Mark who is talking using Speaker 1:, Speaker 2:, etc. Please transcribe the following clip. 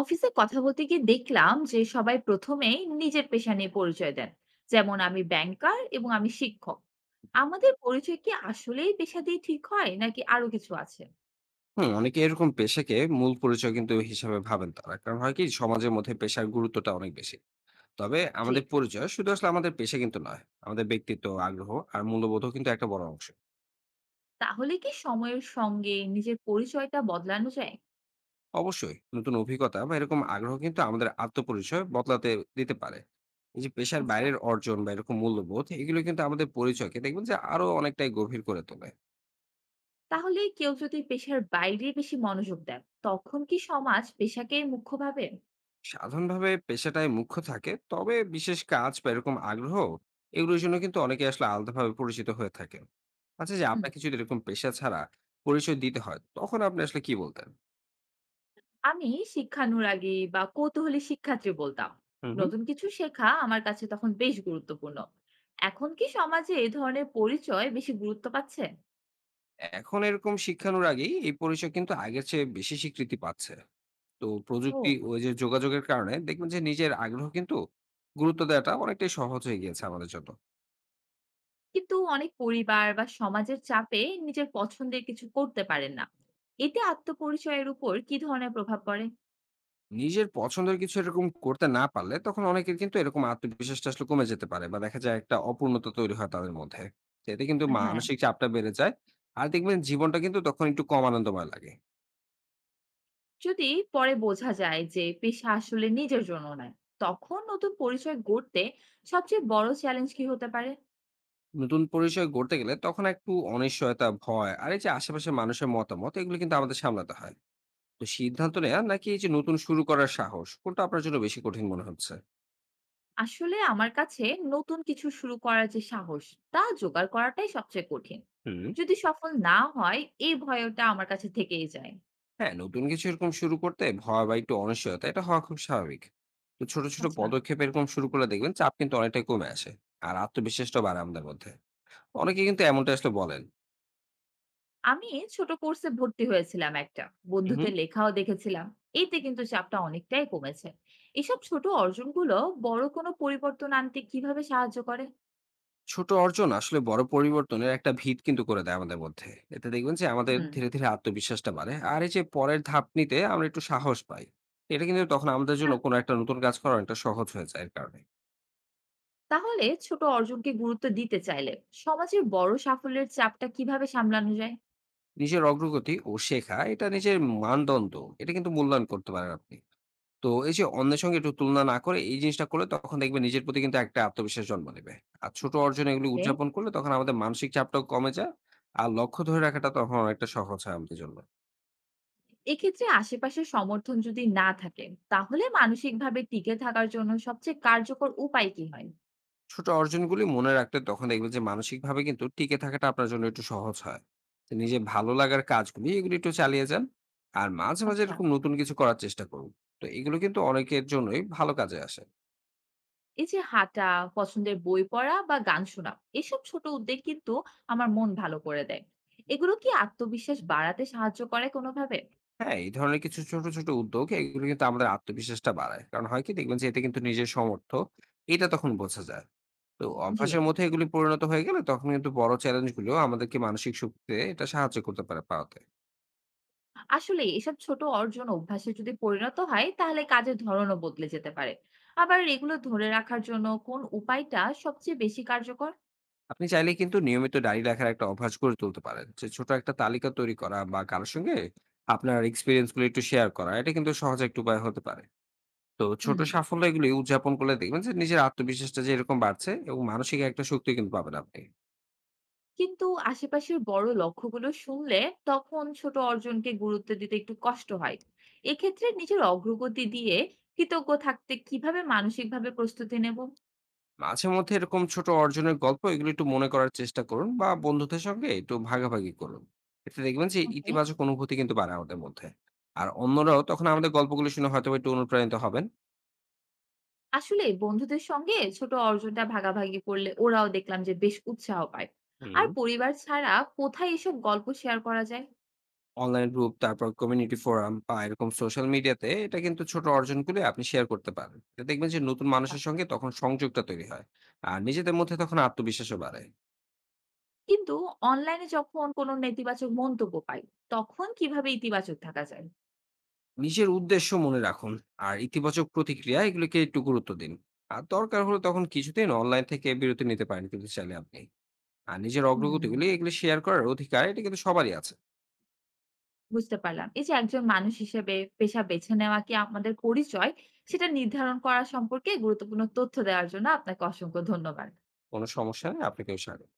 Speaker 1: অফিসে কথা বলতে গিয়ে দেখলাম যে সবাই প্রথমেই নিজের পেশা নিয়ে পরিচয় দেন, যেমন আমি ব্যাংকার এবং আমি শিক্ষক। আমাদের পরিচয় কি আসলেই পেশা দিয়ে ঠিক হয় নাকি আরো কিছু আছে?
Speaker 2: হুম, অনেকে এরকম পেশাকে মূল পরিচয় কিন্তু হিসাবে ভাবেন তারা। কারণ হয় কি সমাজের মধ্যে পেশার গুরুত্বটা অনেক বেশি। তবে
Speaker 1: জি।
Speaker 2: আমাদের পরিচয় শুধু আসলে আমাদের পেশা কিন্তু নয়। আমাদের ব্যক্তিত্ব, আগ্রহ আর মূল্যবোধও কিন্তু একটা বড় অংশ।
Speaker 1: তাহলে কি সময়ের সঙ্গে নিজের পরিচয়টা বদলানো যায়?
Speaker 2: অবশ্যই নতুন অভিজ্ঞতা বা এরকম আগ্রহ কিন্তু আমাদের আত্মপরিচয় বদলাতে দিতে পারে। এই যে পেশার
Speaker 1: আচ্ছা,
Speaker 2: বাইরের অর্জন বা এরকম মূল্যবোধ এগুলো কিন্তু আমাদের পরিচয়কে দেখবেন যে আরো অনেকটাই গভীর করে তোলে।
Speaker 1: তাহলে কেউ যদি পেশার বাইরে বেশি মনোযোগ দেন, তখন কি সমাজ পেশাকে মুখ্য ভাবে?
Speaker 2: সাধারণভাবে পেশাটায় মুখ্য থাকে, তবে বিশেষ কাজ বা এরকম আগ্রহ এগুলোর জন্য কিন্তু অনেকে আসলে আলাদাভাবে পরিচিত হয়ে থাকেন। আচ্ছা, যে আপনাকে যদি এরকম পেশা ছাড়া পরিচয় দিতে হয়, তখন আপনি আসলে কি বলতেন?
Speaker 1: আমি শিক্ষানুরাগী বা কৌতূহলী শিক্ষার্থী বলতাম।
Speaker 2: হুম, হুম.
Speaker 1: নতুন কিছু শেখা আমার কাছে তখন বেশ গুরুত্বপূর্ণ। এখন কি সমাজে এ ধরনের পরিচয় বেশি গুরুত্ব পাচ্ছে?
Speaker 2: এখন এরকম শিক্ষানোর আগেই এই পরিচয় কিন্তু আগের চেয়ে বেশি স্বীকৃতি পাচ্ছে। তো
Speaker 1: ও।
Speaker 2: প্রযুক্তি ও এই যে যোগাযোগের কারণে দেখবেন যে নিজের আগ্রহ কিন্তু গুরুত্ব দেওয়াটা অনেকটাই সহজ হয়ে গিয়েছে আমাদের জন্য।
Speaker 1: কিন্তু অনেক পরিবার বা সমাজের চাপে নিজের পছন্দের কিছু করতে পারেন না, এতে আত্মপরিচয়ের উপর কি ধরনের প্রভাব পড়ে?
Speaker 2: নিজের পছন্দের কিছু এরকম করতে না পারলে তখন অনেকের কিন্তু এরকম আত্মবিশ্বাসটা আসলে কমে যেতে পারে, বা দেখা যায় একটা অপূর্ণতা তৈরি হয় তাদের মধ্যে। তো এতে কিন্তু
Speaker 1: হ্যাঁ।
Speaker 2: মানসিক চাপটা বেড়ে যায়। আর দেখবেন জীবনটা কিন্তু তখন একটু কম আনন্দময় লাগে।
Speaker 1: যদি পরে বোঝা যায় যে পেশা আসলে নিজের জন্য নয়, তখন নতুন পরিচয় গড়তে সবচেয়ে বড় চ্যালেঞ্জ কি হতে পারে?
Speaker 2: নতুন পরিচয় গড়তে গেলে তখন একটু অনিশ্চয়তা, ভয় আর এই যে আশেপাশের মানুষের মতামত এগুলো কিন্তু আমাদের সামলাতে হয়। তো সিদ্ধান্ত নেয়া নাকি এই যে নতুন শুরু করার সাহস, কোনটা আপনার জন্য বেশি কঠিন মনে হচ্ছে?
Speaker 1: আসলে আমার কাছে নতুন কিছু শুরু করার যে সাহস, তা জোগাড় করাটাই সবচেয়ে কঠিন।
Speaker 2: হুম।
Speaker 1: যদি সফল না হয়, এই ভয়টা আমার কাছে থেকেই যায়।
Speaker 2: হ্যাঁ, নতুন কিছু এরকম শুরু করতে ভয় বা একটু অনিশ্চয়তা, এটা হওয়া খুব স্বাভাবিক। তো ছোট ছোট
Speaker 1: আচ্ছা।
Speaker 2: পদক্ষেপ এরকম শুরু করলে দেখবেন চাপ কিন্তু অনেকটাই কমে আসে, আর আত্মবিশ্বাসটা বাড়ে আমাদের মধ্যে। অনেকে কিন্তু এমনটা আসলে বলেন।
Speaker 1: আমি ছোট কোর্সে ভর্তি হয়েছিলাম একটা,
Speaker 2: হুম।
Speaker 1: বন্ধুদের লেখাও দেখেছিলাম। এতে কিন্তু চাপটা অনেকটাই কমেছে। এসব ছোট অর্জনগুলো বড় কোনো পরিবর্তন আনতে কিভাবে সাহায্য করে?
Speaker 2: ছোট অর্জন আসলে বড় পরিবর্তনের একটা ভিত কিন্তু করে দেয় আমাদের মধ্যে। এতে দেখবেন যে আমাদের
Speaker 1: হুম।
Speaker 2: ধীরে ধীরে আত্মবিশ্বাসটা বাড়ে, আর এই যে পরের ধাপ নিতে আমরা একটু সাহস পাই। এটা কিন্তু তখন আমাদের জন্য
Speaker 1: তা-
Speaker 2: কোনো একটা নতুন কাজ করা অনেকটা সহজ হয়ে যায় এর কারণে।
Speaker 1: তাহলে ছোট অর্জনকে গুরুত্ব দিতে চাইলে সমাজের বড় সাফল্যের চাপটা কিভাবে সামলানো
Speaker 2: নিজের অগ্রগতি ও শেখা, এটা নিজের মানদণ্ড, এটা কিন্তু মূল্যায়ন করতে পারেন আপনি। তো এই যে অন্যের সঙ্গে একটু তুলনা না করে এই জিনিসটা করলে তখন দেখবেন নিজের প্রতি কিন্তু একটা আত্মবিশ্বাস জন্ম নেবে। আর ছোট অর্জন এগুলো
Speaker 1: যায়?
Speaker 2: উদযাপন করলে তখন আমাদের মানসিক চাপটাও কমে যায়। আর লক্ষ্য ধরে রাখাটা তখন অনেকটা সহজ হয় আমাদের জন্য।
Speaker 1: এক্ষেত্রে আশেপাশের সমর্থন যদি না থাকে, তাহলে মানসিকভাবে টিকে থাকার জন্য সবচেয়ে কার্যকর উপায় কি হয়?
Speaker 2: ছোট অর্জনগুলি মনে রাখলে তখন দেখবেন যে মানসিকভাবে কিন্তু টিকে থাকাটা আপনার জন্য একটু সহজ হয়। তো নিজের ভালো লাগার কাজগুলি এগুলি একটু চালিয়ে যান। আর মাঝে, মাঝে
Speaker 1: আচ্ছা।
Speaker 2: এরকম নতুন কিছু করার চেষ্টা করুন। তো এগুলো কিন্তু অনেকের জন্যই ভালো কাজে আসে।
Speaker 1: এই যে হাঁটা, পছন্দের বই পড়া বা গান শোনা, এসব ছোট উদ্যোগ কিন্তু আমার মন ভালো করে দেয়। এগুলো কি আত্মবিশ্বাস বাড়াতে সাহায্য করে কোনোভাবে?
Speaker 2: হ্যাঁ, এই ধরনের কিছু ছোট, ছোট উদ্যোগ এগুলো কিন্তু আমাদের আত্মবিশ্বাসটা বাড়ায়। কারণ হয় কি দেখবেন যে এতে কিন্তু নিজের সমর্থ, এটা তখন বোঝা যায়। তো
Speaker 1: জি।
Speaker 2: অভ্যাসের মধ্যে এগুলি পরিণত হয়ে গেলে তখন কিন্তু বড় চ্যালেঞ্জ গুলো আমাদেরকে মানসিক শক্তিতে এটা সাহায্য করতে পারে পাওয়াতে।
Speaker 1: আসলে এসব ছোট অর্জন অভ্যাসে যদি পরিণত হয় তাহলে কাজের ধরনও বদলে যেতে পারে। আবার এগুলো ধরে রাখার জন্য কোন উপায়টা সবচেয়ে বেশি কার্যকর?
Speaker 2: আপনি চাইলে কিন্তু নিয়মিত ডায়রি লেখার একটা অভ্যাস গড়ে তুলতে পারেন। যে ছোট একটা তালিকা তৈরি করা বা কারো সঙ্গে আপনার এক্সপেরিয়েন্স গুলো একটু শেয়ার করা, এটা কিন্তু সহজ একটা উপায় হতে পারে। তো ছোট
Speaker 1: হুম।
Speaker 2: সাফল্য এগুলি উদযাপন করলে দেখবেন যে নিজের আত্মবিশ্বাসটা যে এরকম বাড়ছে, এবং মানসিক একটা শক্তি কিন্তু পাবেন আপনি।
Speaker 1: কিন্তু আশেপাশের বড় লক্ষ্যগুলো শুনলে তখন ছোট অর্জনকে গুরুত্ব দিতে একটু কষ্ট হয়। এক্ষেত্রে নিজের অগ্রগতি দিয়ে কৃতজ্ঞ থাকতে কিভাবে মানসিকভাবে প্রস্তুতি নেব?
Speaker 2: মাঝে মধ্যে এরকম ছোট অর্জনের গল্প এগুলো একটু মনে করার চেষ্টা করুন বা বন্ধুদের সঙ্গে একটু ভাগাভাগি করুন। এতে দেখবেন যে
Speaker 1: ওকে।
Speaker 2: ইতিবাচক অনুভূতি কিন্তু বাড়ে আমাদের মধ্যে। আর অন্যরাও তখন আমাদের গল্পগুলো শুনে হয়তো একটু অনুপ্রাণিত হবেন।
Speaker 1: আসলে বন্ধুদের সঙ্গে ছোট অর্জনটা ভাগাভাগি করলে ওরাও দেখলাম যে বেশ উৎসাহ পায়।
Speaker 2: হুম।
Speaker 1: আর পরিবার ছাড়া কোথায় এসব গল্প শেয়ার করা যায়?
Speaker 2: অনলাইন গ্রুপ, তারপর কমিউনিটি ফোরাম বা এরকম সোশ্যাল মিডিয়াতে, এটা কিন্তু ছোট অর্জনগুলো আপনি শেয়ার করতে পারেন। এটা দেখবেন যে নতুন
Speaker 1: আচ্ছা।
Speaker 2: মানুষের সঙ্গে তখন সংযোগটা তৈরি হয়, আর নিজেদের মধ্যে তখন আত্মবিশ্বাসও বাড়ে।
Speaker 1: কিন্তু অনলাইনে যখন কোনো নেতিবাচক মন্তব্য পাই, তখন কিভাবে ইতিবাচক থাকা যায়?
Speaker 2: নিজের উদ্দেশ্য মনে রাখুন, আর ইতিবাচক প্রতিক্রিয়া এগুলোকে একটু গুরুত্ব দিন। আর দরকার হলে তখন কিছুদিন অনলাইন থেকে বিরতি নিতে পারেন কিন্তু চাইলে আপনি। আর নিজের
Speaker 1: হুম।
Speaker 2: অগ্রগতিগুলি এগুলো শেয়ার করার অধিকার এটা কিন্তু সবারই আছে।
Speaker 1: বুঝতে পারলাম। এই যে একজন মানুষ হিসেবে পেশা বেছে নেওয়া কি আমাদের পরিচয়, সেটা নির্ধারণ করা সম্পর্কে গুরুত্বপূর্ণ তথ্য দেওয়ার জন্য আপনাকে অসংখ্য ধন্যবাদ।
Speaker 2: কোনো সমস্যা নেই, আপনাকেও স্বাগত।